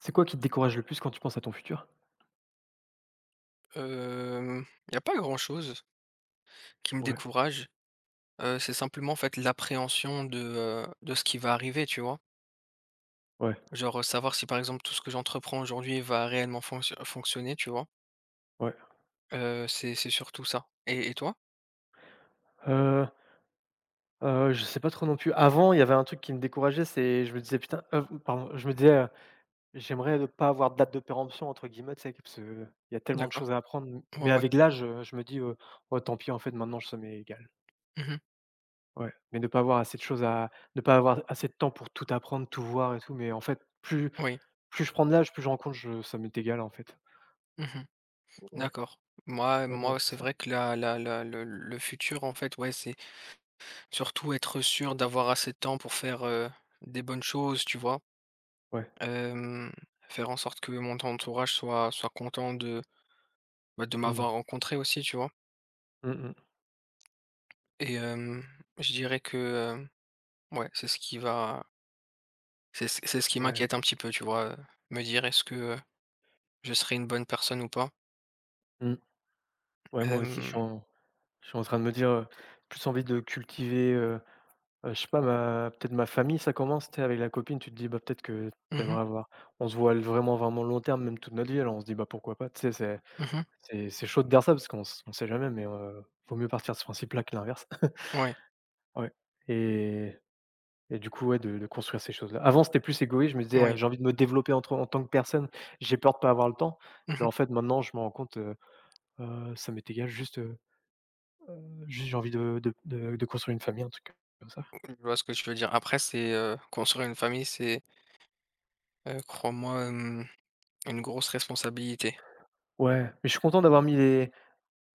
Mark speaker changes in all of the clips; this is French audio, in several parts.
Speaker 1: C'est quoi qui te décourage le plus quand tu penses à ton futur?
Speaker 2: Il y a pas grand-chose qui me
Speaker 1: Ouais,
Speaker 2: décourage. C'est simplement, en fait, l'appréhension de ce qui va arriver, tu vois?
Speaker 1: ouais,
Speaker 2: Genre, savoir si, par exemple, tout ce que j'entreprends aujourd'hui va réellement fonctionner, tu vois?
Speaker 1: ouais.
Speaker 2: C'est surtout ça et toi?
Speaker 1: Heu, je sais pas trop non plus. Avant, il y avait un truc qui me décourageait, c'est je me disais: «Putain» pardon, je me disais, «J'aimerais ne pas avoir de date de péremption» entre guillemets, tu sais? Parce qu'il y a tellement de
Speaker 2: D'accord.
Speaker 1: choses à apprendre,
Speaker 2: Ouais,
Speaker 1: mais
Speaker 2: ouais.
Speaker 1: avec l'âge, je me dis, «Oh tant pis en fait maintenant ça m'est égal».
Speaker 2: Mmh.
Speaker 1: Ouais, mais ne pas avoir assez de choses à ne pas avoir assez de temps pour tout apprendre, tout voir et tout, mais en fait plus
Speaker 2: Oui.
Speaker 1: plus je prends de l'âge, plus je rencontre, compte je ça m'est égal en fait.
Speaker 2: Mmh.
Speaker 1: Ouais,
Speaker 2: D'accord. Moi
Speaker 1: ouais, ouais,
Speaker 2: moi, c'est
Speaker 1: c'est ça.
Speaker 2: vrai que la la la le futur, en fait, ouais, c'est surtout être sûr d'avoir assez de temps pour faire, des bonnes choses, tu vois?
Speaker 1: Ouais.
Speaker 2: Hem, faire en sorte que mon entourage soit content de, bah, de
Speaker 1: Mmh.
Speaker 2: m'avoir rencontré aussi, tu vois?
Speaker 1: Mmh mh.
Speaker 2: Et je dirais que, ouais, c'est ce qui
Speaker 1: Ouais.
Speaker 2: m'inquiète un petit peu, tu vois? Me dire: «Est-ce que, je serai une bonne personne ou pas?»
Speaker 1: Mmh. Ouais, moi aussi,
Speaker 2: Hem,
Speaker 1: je suis en train de me dire, plus envie de cultiver, je sais pas, ma peut-être ma famille, ça commence, t'es avec la copine, tu te dis, bah, peut-être que
Speaker 2: mmh mh,
Speaker 1: t'aimerais avoir on se voit vraiment, vraiment long terme, même toute notre vie, alors on se dit: «Bah, pourquoi pas?» Tu sais, c'est
Speaker 2: mmh,
Speaker 1: c'est c'est chaud de dire ça parce qu'on s on sait jamais, mais vaut mieux partir de ce principe-là que l'inverse.
Speaker 2: ouais,
Speaker 1: Ouais et et du coup, ouais, de construire ces choses-là. Avant, c'était plus égoïste, je me disais:
Speaker 2: oui,
Speaker 1: J'ai envie de me développer en tant que personne, j'ai peur de pas avoir le temps». Mais
Speaker 2: mmh.
Speaker 1: en fait, maintenant, je me rends compte, ça m'est égal, Juste, j'ai envie de construire une famille, un truc comme ça.
Speaker 2: Je vois ce que tu veux dire. Après c'est, construire une famille, c'est, crois-moi, une grosse responsabilité.
Speaker 1: Ouais, mais je suis content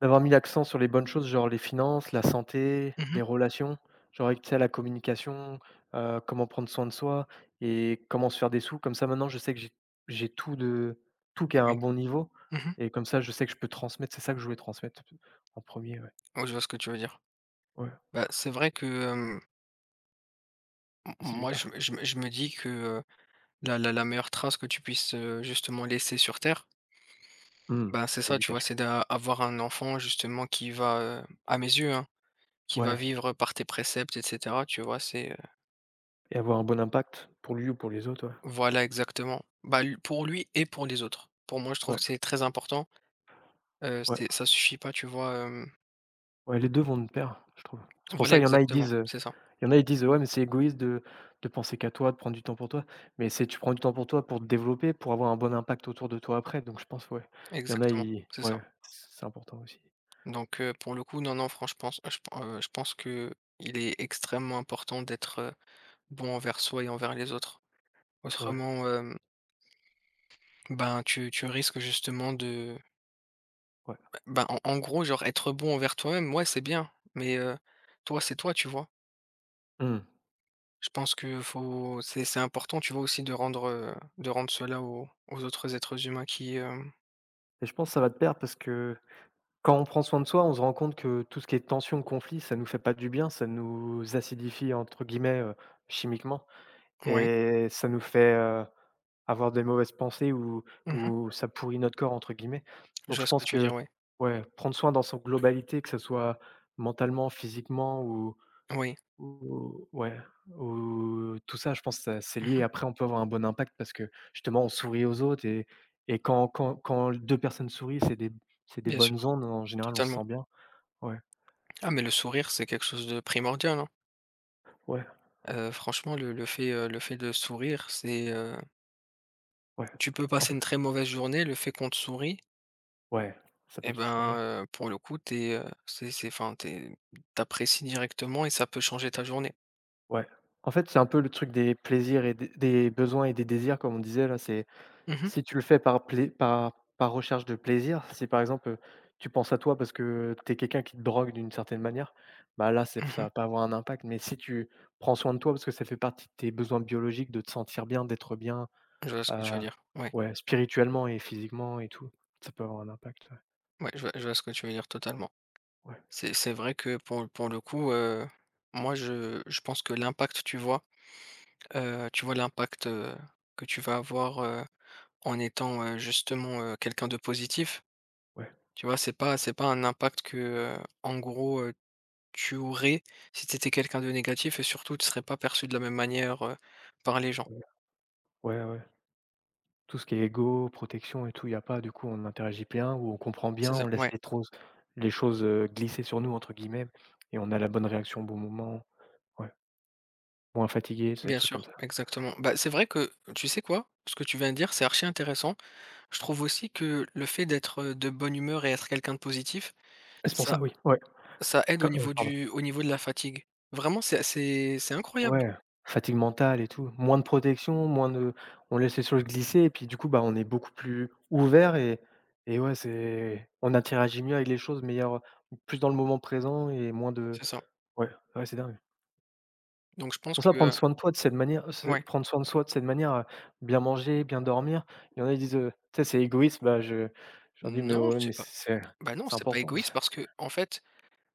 Speaker 1: d'avoir mis l'accent sur les bonnes choses, genre les finances, la santé,
Speaker 2: Mmh.
Speaker 1: les relations, genre avec, tu sais, la communication, comment prendre soin de soi et comment se faire des sous. Comme ça, maintenant, je sais que j'ai tout qui est à
Speaker 2: Oui.
Speaker 1: un bon niveau
Speaker 2: Mmh mh.
Speaker 1: et comme ça, je sais que je peux transmettre. C'est ça que je voulais transmettre en premier, ouais.
Speaker 2: Ouais, je vois ce que tu veux dire.
Speaker 1: Ouais,
Speaker 2: Bah, c'est vrai que, m
Speaker 1: c'est du
Speaker 2: moi je
Speaker 1: taf.
Speaker 2: me je me je me dis que, la meilleure trace que tu puisses, justement laisser sur terre.
Speaker 1: Mmh.
Speaker 2: Ben c'est ça, tu vois,
Speaker 1: L'éducation.
Speaker 2: c'est d'avoir un enfant justement qui va, à mes yeux, hein, qui va
Speaker 1: Ouais,
Speaker 2: vivre par tes préceptes et cetera, tu vois? C'est,
Speaker 1: et avoir un bon impact pour lui ou pour les autres, ouais.
Speaker 2: voilà exactement. Bah, l pour lui et pour les autres. Pour moi, je trouve
Speaker 1: Ouais,
Speaker 2: que c'est très important,
Speaker 1: ouais,
Speaker 2: c'est ça suffit pas, tu vois, hem
Speaker 1: ouais, les deux vont de pair, je trouve. C'est pour
Speaker 2: voilà
Speaker 1: ça,
Speaker 2: exactement, c'est ça,
Speaker 1: Il y en a, ils disent: «Ouais, mais c'est égoïste de penser qu'à toi, de prendre du temps pour toi». Mais c'est tu prends du temps pour toi pour te développer, pour avoir un bon impact autour de toi après. Donc je pense, ouais, il y en a,
Speaker 2: exactement,
Speaker 1: ils
Speaker 2: c'est ça.
Speaker 1: ouais, c'est important aussi.
Speaker 2: Donc pour le coup, non, non, franchement, je pense qu'il est extrêmement important d'être, bon envers soi et envers les autres.
Speaker 1: Ouais,
Speaker 2: Autrement, ben, tu risques justement de,
Speaker 1: ouais.
Speaker 2: ben, en gros, genre être bon envers toi-même, ouais, c'est bien, mais toi, c'est toi, tu vois?
Speaker 1: Mmh
Speaker 2: Je pense que faut c'est important, tu vois, aussi de rendre cela aux autres êtres humains qui, hem
Speaker 1: et je pense que ça va te perdre parce que quand on prend soin de soi, on se rend compte que tout ce qui est tension, conflit, ça nous fait pas du bien, ça nous «acidifie» entre guillemets, chimiquement.
Speaker 2: ouais.
Speaker 1: Et ça nous fait, avoir des mauvaises pensées ou
Speaker 2: Mmh.
Speaker 1: ça «pourrit notre corps» entre guillemets.
Speaker 2: Je
Speaker 1: Donc
Speaker 2: vois
Speaker 1: je
Speaker 2: ce que
Speaker 1: pense
Speaker 2: tu veux
Speaker 1: que
Speaker 2: dire, ouais.
Speaker 1: ouais, prendre soin dans son globalité, que ce soit mentalement, physiquement ou
Speaker 2: Oui.
Speaker 1: ou ouais, ou tout ça, je pense que ça c'est lié.
Speaker 2: Mmh.
Speaker 1: Après on peut avoir un bon impact parce que justement on sourit aux autres et quand 2 personnes sourient, c'est des
Speaker 2: Bien
Speaker 1: bonnes
Speaker 2: sûr,
Speaker 1: ondes, en général on se
Speaker 2: totalement.
Speaker 1: sent bien. Ouais,
Speaker 2: Ah, mais le sourire, c'est quelque chose de primordial, hein.
Speaker 1: ouais,
Speaker 2: Franchement, le fait de sourire,
Speaker 1: ouais.
Speaker 2: tu peux
Speaker 1: En
Speaker 2: passer
Speaker 1: fait,
Speaker 2: une très mauvaise journée, le fait qu'on te sourie
Speaker 1: ouais, ça peut
Speaker 2: et
Speaker 1: tout changer.
Speaker 2: ben, pour le coup, t'es es, c'est enfin, t'apprécies directement et ça peut changer ta journée.
Speaker 1: Ouais. En fait, c'est un peu le truc des plaisirs et des besoins et des désirs comme on disait là, c'est
Speaker 2: Mhm, mh.
Speaker 1: si tu le fais par recherche de plaisir, si par exemple, tu penses à toi parce que tu es quelqu'un qui te drogue d'une certaine manière, bah là, c'est ça
Speaker 2: Mmh.
Speaker 1: va pas avoir un impact. Mais si tu prends soin de toi parce que ça fait partie de tes besoins biologiques de te sentir bien, d'être bien,
Speaker 2: Je vois ce que tu
Speaker 1: heu,
Speaker 2: veux dire. Ouais,
Speaker 1: ouais, spirituellement et physiquement et tout, ça peut avoir un impact, ouais.
Speaker 2: ouais, je vois ce que tu veux dire totalement. C'est vrai que pour le coup, moi je pense que l'impact, tu vois l'impact, que tu vas avoir, en étant, justement, quelqu'un de positif,
Speaker 1: Ouais,
Speaker 2: tu vois? C'est pas un impact que, en gros, tu aurais si tu étais quelqu'un de négatif et surtout tu serais pas perçu de la même manière, par les gens.
Speaker 1: ouais, ouais, ouais, ouais. Tout ce qui est ego, protection et tout, il y a pas. Du coup, on interagit bien ou on comprend bien,
Speaker 2: C'est ça,
Speaker 1: on laisse
Speaker 2: ouais,
Speaker 1: les choses, «glisser» sur nous entre guillemets et on a la bonne réaction au bon moment. Ouais, moins fatigué, c'est des
Speaker 2: bien
Speaker 1: trucs comme
Speaker 2: sûr,
Speaker 1: ça.
Speaker 2: exactement. Bah, c'est vrai que tu sais quoi? Ce que tu viens de dire, c'est archi intéressant. Je trouve aussi que le fait d'être, de bonne humeur et être quelqu'un de positif,
Speaker 1: C'est pour
Speaker 2: ça
Speaker 1: ça, oui, ouais,
Speaker 2: ça aide au
Speaker 1: quand
Speaker 2: niveau
Speaker 1: pardon.
Speaker 2: du au niveau de la fatigue. Vraiment, c'est incroyable.
Speaker 1: Ouais, fatigue mentale et tout, moins de protection, moins de on laisse les choses glisser et puis du coup, bah, on est beaucoup plus ouvert et ouais, c'est on interagit mieux avec les choses, meilleur plus dans le moment présent et moins de
Speaker 2: C'est ça.
Speaker 1: ouais, ouais, c'est dingue.
Speaker 2: Donc je pense
Speaker 1: Pour ça,
Speaker 2: que,
Speaker 1: prendre soin de toi de cette manière, c'est
Speaker 2: ouais.
Speaker 1: prendre soin de soi de cette manière, bien manger, bien dormir. Il y en a, ils disent, «Tu sais, c'est égoïste», bah, je leur dis: «Mais
Speaker 2: Non,
Speaker 1: ouais,
Speaker 2: c'est
Speaker 1: mais
Speaker 2: pas.
Speaker 1: c'est
Speaker 2: Bah, non,
Speaker 1: c'est
Speaker 2: c'est pas
Speaker 1: important, c
Speaker 2: égoïste parce que, en fait,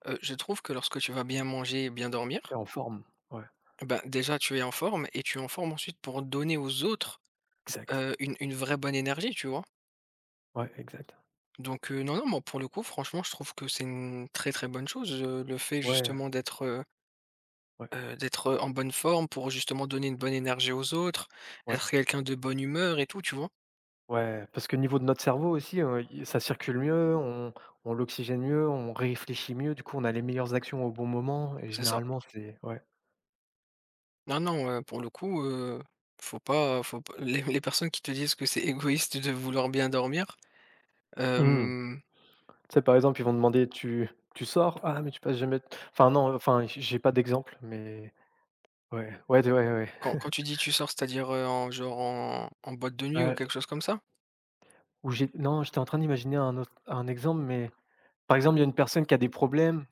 Speaker 2: je trouve que lorsque tu vas bien manger et bien
Speaker 1: tu
Speaker 2: dormir,
Speaker 1: es en forme». Ouais,
Speaker 2: bah, déjà tu es en forme et tu es en forme ensuite pour donner aux autres,
Speaker 1: exact.
Speaker 2: une vraie bonne énergie, tu vois?
Speaker 1: Ouais, exact.
Speaker 2: Donc, non, non, moi, pour le coup, franchement, je trouve que c'est une très, très bonne chose, le fait
Speaker 1: Ouais,
Speaker 2: justement d'être, heu
Speaker 1: ouais,
Speaker 2: Heu, d'être, euh, en bonne forme pour justement donner une bonne énergie aux autres,
Speaker 1: ouais,
Speaker 2: être quelqu'un de bonne humeur et tout, tu vois?
Speaker 1: ouais, parce que niveau de notre cerveau aussi, il ça circule mieux, on l'oxygène mieux, on réfléchit mieux, du coup, on a les meilleures actions au bon moment et
Speaker 2: C'est ça.
Speaker 1: généralement, c'est ouais.
Speaker 2: Non, non, pour le coup, faut pas. Les personnes qui te disent que c'est égoïste de vouloir bien dormir,
Speaker 1: Mmh.
Speaker 2: hem,
Speaker 1: Tu sais, par exemple, ils vont demander: «Tu sors?» «Ah, mais tu passes jamais» enfin non, enfin, j'ai pas d'exemple, mais ouais, ouais, d ouais, ouais, ouais.
Speaker 2: quand tu dis: «Tu sors», c'est-à-dire, en genre en boîte de nuit ou
Speaker 1: Heu,
Speaker 2: quelque chose comme ça?
Speaker 1: où j'ai non, j'étais en train d'imaginer un exemple, mais par exemple, il y a une personne qui a des problèmes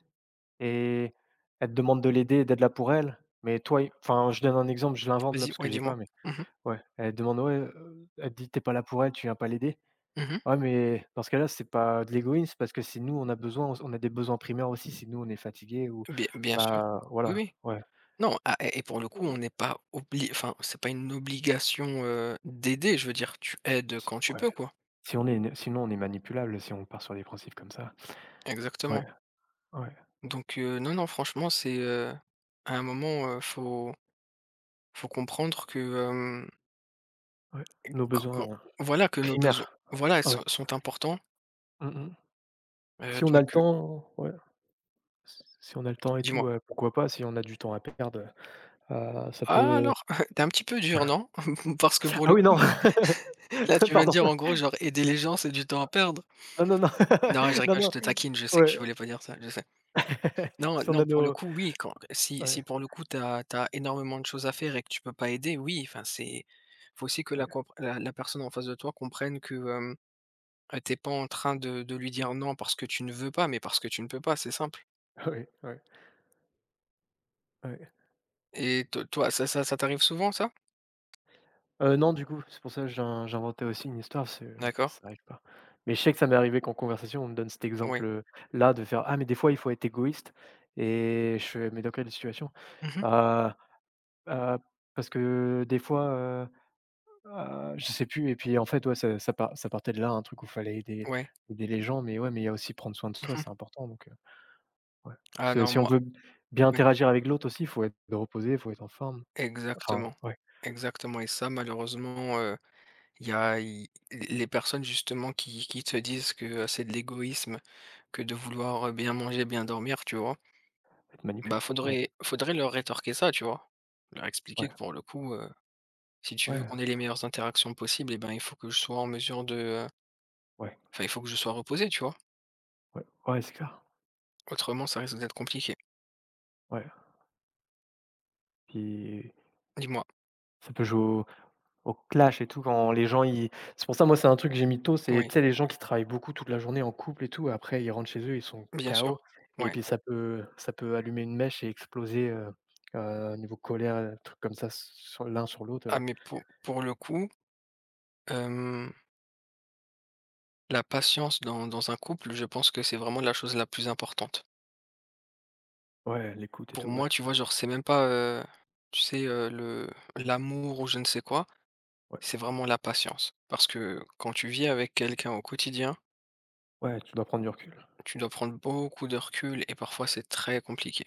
Speaker 1: et elle te demande de l'aider et d'être là pour elle, mais toi i enfin, je donne un exemple, je l'invente là
Speaker 2: Vas-y,
Speaker 1: parce que
Speaker 2: ouais,
Speaker 1: j'ai
Speaker 2: dis-moi.
Speaker 1: pas, mais
Speaker 2: Mmh mh.
Speaker 1: ouais, elle te demande: «Ouais,» elle te dit: t'es pas là pour elle, tu viens pas l'aider».
Speaker 2: Mmh.
Speaker 1: Ouais, mais dans ce cas-là, c'est pas de l'égoïsme parce que c'est nous, on a besoin, on a des besoins primaires aussi, si nous, on est fatigué ou
Speaker 2: Bien bien sûr.
Speaker 1: bah,
Speaker 2: Oui,
Speaker 1: voilà,
Speaker 2: oui.
Speaker 1: ouais
Speaker 2: Non, ah, et pour le coup, on
Speaker 1: et
Speaker 2: n'est pas obli enfin, c'est pas une obligation, d'aider, je veux dire, tu aides quand tu peux,
Speaker 1: ouais.
Speaker 2: quoi.
Speaker 1: Si on est Sinon on est manipulable si on part sur des principes comme ça. Ouais,
Speaker 2: Exactement.
Speaker 1: ouais,
Speaker 2: Donc non, non, franchement, c'est, à un moment, faut comprendre que,
Speaker 1: ouais.
Speaker 2: q
Speaker 1: Nos
Speaker 2: qu'on
Speaker 1: besoins.
Speaker 2: voilà, que nos besoins,
Speaker 1: Primaire.
Speaker 2: voilà,
Speaker 1: Ouais.
Speaker 2: sont importants,
Speaker 1: Mmh mh. Si on a
Speaker 2: donc
Speaker 1: le temps, ouais, s si on a le temps et
Speaker 2: dis-moi?
Speaker 1: tout, pourquoi pas, si on a du temps à perdre, heu, ça
Speaker 2: Ah
Speaker 1: peut
Speaker 2: alors, tu un petit peu dur, non? Parce que pour
Speaker 1: ah
Speaker 2: le
Speaker 1: oui,
Speaker 2: coup,
Speaker 1: non!
Speaker 2: moi là, tu viens de
Speaker 1: Pardon.
Speaker 2: dire, en gros, genre, aider les gens, c'est du temps à perdre.
Speaker 1: Non, non, non.
Speaker 2: Non, je
Speaker 1: Non,
Speaker 2: rigole, je
Speaker 1: non.
Speaker 2: te taquine, je sais que tu
Speaker 1: Ouais.
Speaker 2: voulais pas dire ça, je sais. Non,
Speaker 1: Si on
Speaker 2: non,
Speaker 1: a
Speaker 2: pour le
Speaker 1: nos
Speaker 2: coup, oui, quand si si
Speaker 1: Ouais,
Speaker 2: pour le coup, t'as énormément de choses à faire et que tu peux pas aider, oui, enfin, c'est faut aussi que la
Speaker 1: ouais,
Speaker 2: compr la la personne en face de toi comprenne que, tu pas en train de lui dire: «Non» parce que tu ne veux pas, mais parce que tu ne peux pas, c'est simple.
Speaker 1: ouais, ouais, ouais.
Speaker 2: Et to toi, ça t'arrive souvent ça?
Speaker 1: Non, du coup, c'est pour ça que j'inventais aussi une histoire parce que
Speaker 2: D'accord.
Speaker 1: ça arrive pas. Mais je sais que ça m'est arrivé qu'en conversation, on me donne cet
Speaker 2: Oui.
Speaker 1: exemple, là de faire: «Ah mais des fois, il faut être égoïste» et je fais: «Mais dans quelle situation?»
Speaker 2: Mmh.
Speaker 1: heu Heu, parce que des fois, heu je sais plus et puis en fait, ouais, ça partait de là, un truc où fallait aider
Speaker 2: Ouais.
Speaker 1: aider les gens, mais ouais, mais il y a aussi prendre soin de soi,
Speaker 2: Mmh.
Speaker 1: c'est important donc ouais.
Speaker 2: Ah
Speaker 1: Si
Speaker 2: non,
Speaker 1: si on
Speaker 2: moi
Speaker 1: veut bien
Speaker 2: ouais,
Speaker 1: interagir avec l'autre aussi, faut être reposé, faut être en forme, enfin,
Speaker 2: exactement.
Speaker 1: ouais.
Speaker 2: Exactement et ça malheureusement, il y a i les personnes justement qui te disent que, c'est de l'égoïsme que de vouloir, bien manger, bien dormir, tu vois?
Speaker 1: Ça te
Speaker 2: Bah,
Speaker 1: manipule, ouais,
Speaker 2: faudrait leur rétorquer ça, tu vois? Leur expliquer
Speaker 1: ouais,
Speaker 2: que pour le coup, si tu
Speaker 1: ouais,
Speaker 2: veux qu'on ait les meilleures interactions possibles eh ben, il faut que je sois en mesure de, heu
Speaker 1: ouais,
Speaker 2: Enfin, il faut que je sois reposé, tu vois?
Speaker 1: ouais, ouais, c'est clair,
Speaker 2: Autrement, ça risque d'être compliqué.
Speaker 1: ouais. Puis
Speaker 2: Dis-moi.
Speaker 1: ça peut jouer au clash et tout, quand les gens ils c'est pour ça, moi, c'est un truc que j'ai mis tôt, c'est,
Speaker 2: Oui,
Speaker 1: tu sais, les gens qui travaillent beaucoup toute la journée en couple et tout, après ils rentrent chez eux, ils sont
Speaker 2: bien sûr.
Speaker 1: KO et
Speaker 2: Ouais.
Speaker 1: puis ça peut allumer une mèche et exploser, niveau colère, trucs comme ça, sur l'un sur l'autre,
Speaker 2: Ah, mais pour le coup, hem, la patience dans un couple, je pense que c'est vraiment la chose la plus importante.
Speaker 1: Ouais, l'écoute et
Speaker 2: Pour
Speaker 1: tout, ouais.
Speaker 2: moi, tu vois, genre, c'est même pas, tu sais, le l'amour ou je ne sais quoi,
Speaker 1: Ouais.
Speaker 2: c'est vraiment la patience. Parce que quand tu vis avec quelqu'un au quotidien,
Speaker 1: Ouais, tu dois prendre du recul.
Speaker 2: tu dois prendre beaucoup de recul et parfois c'est très compliqué.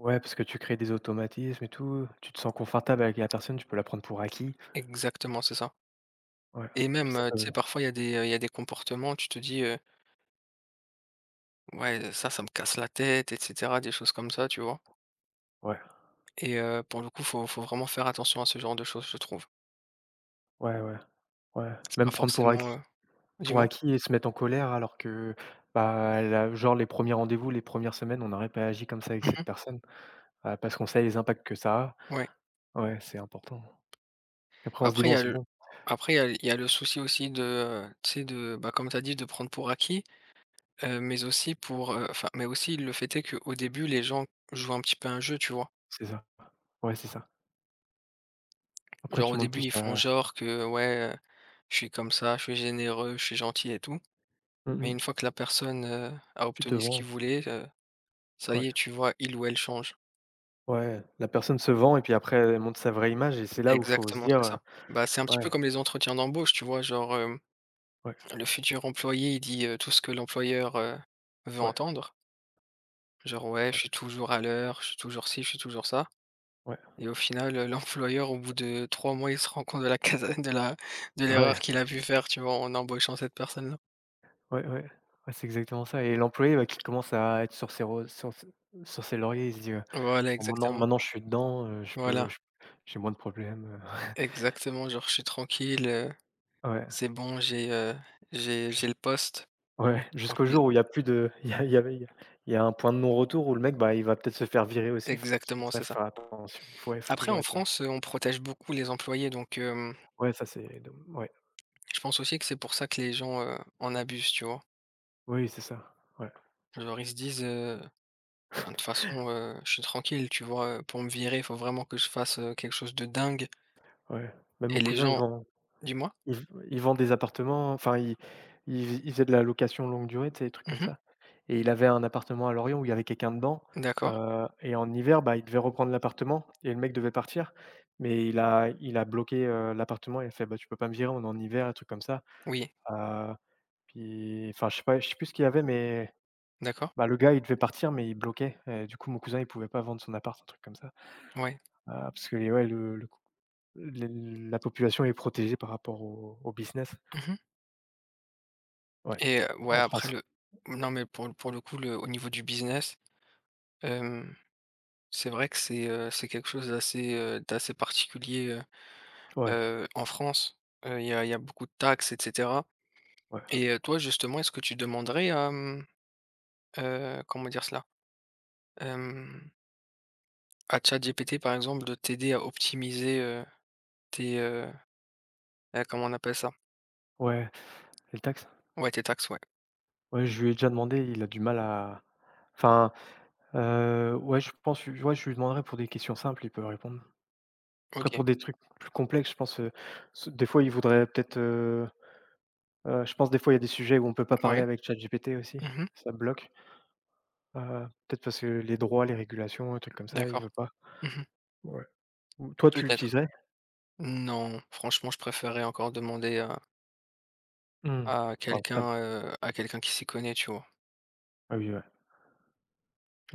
Speaker 1: Ouais, parce que tu crées des automatismes et tout, tu te sens confortable avec la personne, tu peux la prendre pour acquis.
Speaker 2: Exactement, c'est ça.
Speaker 1: Ouais,
Speaker 2: Et
Speaker 1: puis
Speaker 2: même,
Speaker 1: ça peut
Speaker 2: tu sais, parfois, il y a des, il y a des comportements, tu te dis, ouais, ça, ça me casse la tête, et cetera, des choses comme ça, tu vois?
Speaker 1: ouais,
Speaker 2: Et pour le coup, faut vraiment faire attention à ce genre de choses, je trouve.
Speaker 1: ouais, ouais, ouais,
Speaker 2: C'est pas
Speaker 1: même prendre pour
Speaker 2: forcément,
Speaker 1: acquis. Pour
Speaker 2: dis-moi?
Speaker 1: acquis et se mettre en colère alors que, bah, la genre les premiers rendez-vous, les premières semaines, on n'aurait pas agi comme ça avec cette
Speaker 2: Mmh.
Speaker 1: personne, parce qu'on sait les impacts que ça
Speaker 2: Ouais.
Speaker 1: a. Ouais, c'est important. Après
Speaker 2: Bah,
Speaker 1: on se dit:
Speaker 2: après, il y a le
Speaker 1: Bon».
Speaker 2: après, il y a le souci aussi de, tu sais, de, bah, comme tu as dit, de prendre pour acquis, mais aussi pour, enfin, mais aussi le fait est qu'au début, les gens jouent un petit peu à un jeu, tu vois?
Speaker 1: C'est ça. Ouais, c'est ça. Après
Speaker 2: Genre, au
Speaker 1: tu montes
Speaker 2: début,
Speaker 1: plus
Speaker 2: ils font
Speaker 1: ta
Speaker 2: genre que: «Ouais, je suis comme ça, je suis généreux, je suis gentil et tout».
Speaker 1: mmh
Speaker 2: Mais une
Speaker 1: mh.
Speaker 2: fois que la personne, a
Speaker 1: Tu te
Speaker 2: obtenu ce qu'il
Speaker 1: vends.
Speaker 2: voulait, ça
Speaker 1: Ouais.
Speaker 2: y est, tu vois, il ou elle change.
Speaker 1: Ouais, la personne se vend et puis après elle montre sa vraie image et c'est là où il faut se
Speaker 2: Exactement,
Speaker 1: dire,
Speaker 2: c'est ça. Bah, c'est un petit peu
Speaker 1: «Ouais,
Speaker 2: comme les entretiens d'embauche, tu vois? Genre,
Speaker 1: ouais,
Speaker 2: le futur employé, il dit, tout ce que l'employeur, veut
Speaker 1: ouais,
Speaker 2: entendre. Genre: «Ouais, je
Speaker 1: ouais,
Speaker 2: suis toujours à l'heure, je suis toujours ci, je suis toujours ça»
Speaker 1: ouais,
Speaker 2: et au final, l'employeur, au bout de 3 mois, il se rend compte de la casa de la de l'erreur
Speaker 1: ouais,
Speaker 2: qu'il a pu faire, tu vois? En embauchant cette personne-là.
Speaker 1: ouais, ouais». Ouais, c'est exactement ça et l'employé, bah, qui commence à être sur ses lauriers, il se dit,
Speaker 2: Voilà,
Speaker 1: Oh maintenant
Speaker 2: exactement.
Speaker 1: maintenant je suis dedans, je
Speaker 2: Voilà,
Speaker 1: peux j j'ai moins de problèmes,
Speaker 2: exactement. Genre, je suis tranquille,
Speaker 1: ouais,
Speaker 2: c'est bon, j'ai, heu, j'ai
Speaker 1: jus
Speaker 2: j'ai le poste.
Speaker 1: ouais,
Speaker 2: En
Speaker 1: jusqu'au
Speaker 2: plus
Speaker 1: jour où il y a un point de non-retour où le mec, bah, il va peut-être se faire virer aussi. F
Speaker 2: exactement,
Speaker 1: Ça
Speaker 2: c'est
Speaker 1: faut
Speaker 2: ça.
Speaker 1: faire attention. Faut ouais, faut
Speaker 2: Après
Speaker 1: toujours
Speaker 2: en
Speaker 1: être,
Speaker 2: France, on protège beaucoup les employés donc.
Speaker 1: ouais, ça c'est dom ouais,
Speaker 2: Je pense aussi que c'est pour ça que les gens, en abusent, tu vois?
Speaker 1: oui, c'est ça. Ouais,
Speaker 2: Genre ils se disent, «Ah de toute façon, je suis tranquille, tu vois? Pour me virer, il faut vraiment que je fasse, quelque chose de dingue»
Speaker 1: ouais. Même
Speaker 2: et
Speaker 1: mon
Speaker 2: les
Speaker 1: cousin il
Speaker 2: gens
Speaker 1: vend.
Speaker 2: dis-moi?
Speaker 1: Ils v ils vendent des appartements, enfin ils faisaient de la location longue durée, tu sais, des trucs comme
Speaker 2: Mmh.
Speaker 1: ça et il avait un appartement à Lorient où il y avait quelqu'un dedans,
Speaker 2: D'accord.
Speaker 1: et en hiver, bah, il devait reprendre l'appartement et le mec devait partir, mais il a bloqué, l'appartement, et il a fait: «Bah, tu peux pas me virer, on est en hiver», un truc comme ça,
Speaker 2: Oui.
Speaker 1: heu, puis enfin je sais pas, je sais plus ce qu'il y avait, mais
Speaker 2: D'accord.
Speaker 1: bah, le gars, il devait partir, mais il bloquait et du coup, mon cousin, il pouvait pas vendre son appart, un truc comme ça,
Speaker 2: Ouais.
Speaker 1: parce que les ouais, le co les la population est protégée par rapport au business.
Speaker 2: Mmh.
Speaker 1: Ouais,
Speaker 2: Et ouais,
Speaker 1: en
Speaker 2: après
Speaker 1: France.
Speaker 2: le non, mais pour le coup, le au niveau du business, hem, c'est vrai que c'est quelque chose d'assez, d'assez particulier,
Speaker 1: Ouais,
Speaker 2: en France. Il y a beaucoup de taxes et cetera
Speaker 1: ouais,
Speaker 2: et toi justement, est-ce que tu demanderais à, comment dire cela? Hem, à ChatGPT, par exemple, de t'aider à optimiser, tes, comment on appelle ça?
Speaker 1: ouais et le taxe?
Speaker 2: Ouais, tes taxes, ouais.
Speaker 1: Ouais, je lui ai déjà demandé, il a du mal à enfin, ouais, je pense, ouais, je lui demanderai pour des questions simples, il peut répondre. Après
Speaker 2: OK,
Speaker 1: pour des trucs plus complexes, je pense, s des fois, il voudrait peut-être, je pense des fois, il y a des sujets où on peut pas parler
Speaker 2: ouais.
Speaker 1: avec ChatGPT aussi,
Speaker 2: Mmh.
Speaker 1: ça bloque. Peut-être parce que les droits, les régulations, un truc comme ça, il
Speaker 2: D'accord.
Speaker 1: veut pas.
Speaker 2: Mmh.
Speaker 1: Ouais. Ou toi, tu
Speaker 2: Peut-être.
Speaker 1: l'utiliserais?
Speaker 2: Non, franchement, je préférerais encore demander à
Speaker 1: Mmh.
Speaker 2: à
Speaker 1: Ah, portable.
Speaker 2: quelqu'un, heu, à quelqu'un qui s'y connaît, tu vois?
Speaker 1: Ah oui, ouais,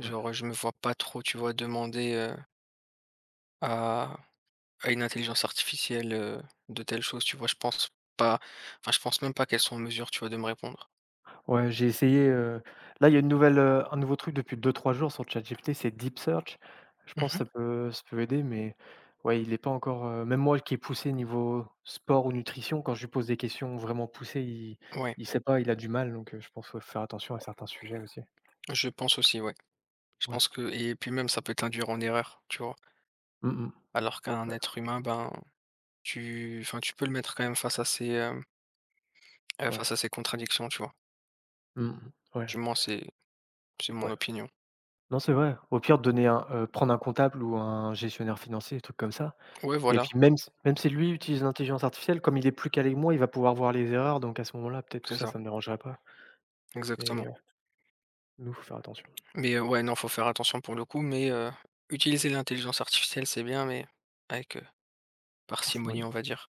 Speaker 1: ouais.
Speaker 2: je me vois pas trop, tu vois, demander, à à une intelligence artificielle, de telles choses, tu vois? Je pense pas, enfin, je pense même pas qu'elles sont en mesure, tu vois, de me répondre.
Speaker 1: Ouais, j'ai essayé, là, il y a un nouveau truc depuis deux trois jours sur ChatGPT, c'est Deep Search. Je pense que
Speaker 2: Mmh.
Speaker 1: ça peut aider, mais ouais, il est pas encore, même moi qui est poussé niveau sport ou nutrition, quand je lui pose des questions vraiment poussées, il
Speaker 2: Ouais,
Speaker 1: il sait pas, il a du mal, donc je pense, ouais, faut faire attention à certains sujets aussi.
Speaker 2: je pense aussi, ouais. Je
Speaker 1: Ouais.
Speaker 2: pense que et puis même ça peut t'induire en erreur, tu vois?
Speaker 1: Mmh mh.
Speaker 2: Alors qu'un
Speaker 1: Ouais,
Speaker 2: être humain, ben, tu enfin, tu peux le mettre quand même face à ses, hem, heu,
Speaker 1: ouais.
Speaker 2: face à ses contradictions, tu vois?
Speaker 1: Mmh mh. Ouais,
Speaker 2: Du moins c'est mon
Speaker 1: ouais.
Speaker 2: opinion.
Speaker 1: Non, c'est vrai. Au pire, prendre un comptable ou un gestionnaire financier, des trucs comme ça.
Speaker 2: Ouais,
Speaker 1: Et
Speaker 2: voilà,
Speaker 1: puis même si lui utilise l'intelligence artificielle, comme il est plus calé que moi, il va pouvoir voir les erreurs, donc à ce moment-là, peut-être que
Speaker 2: c'est
Speaker 1: ça,
Speaker 2: ça,
Speaker 1: ça ne me dérangerait pas. Mais
Speaker 2: exactement.
Speaker 1: ouais, nous, faut faire attention,
Speaker 2: Mais, ouais, non, faut faire attention pour le coup, mais, utiliser l'intelligence artificielle, c'est bien, mais avec, parcimonie,
Speaker 1: parcimonie.
Speaker 2: on va dire.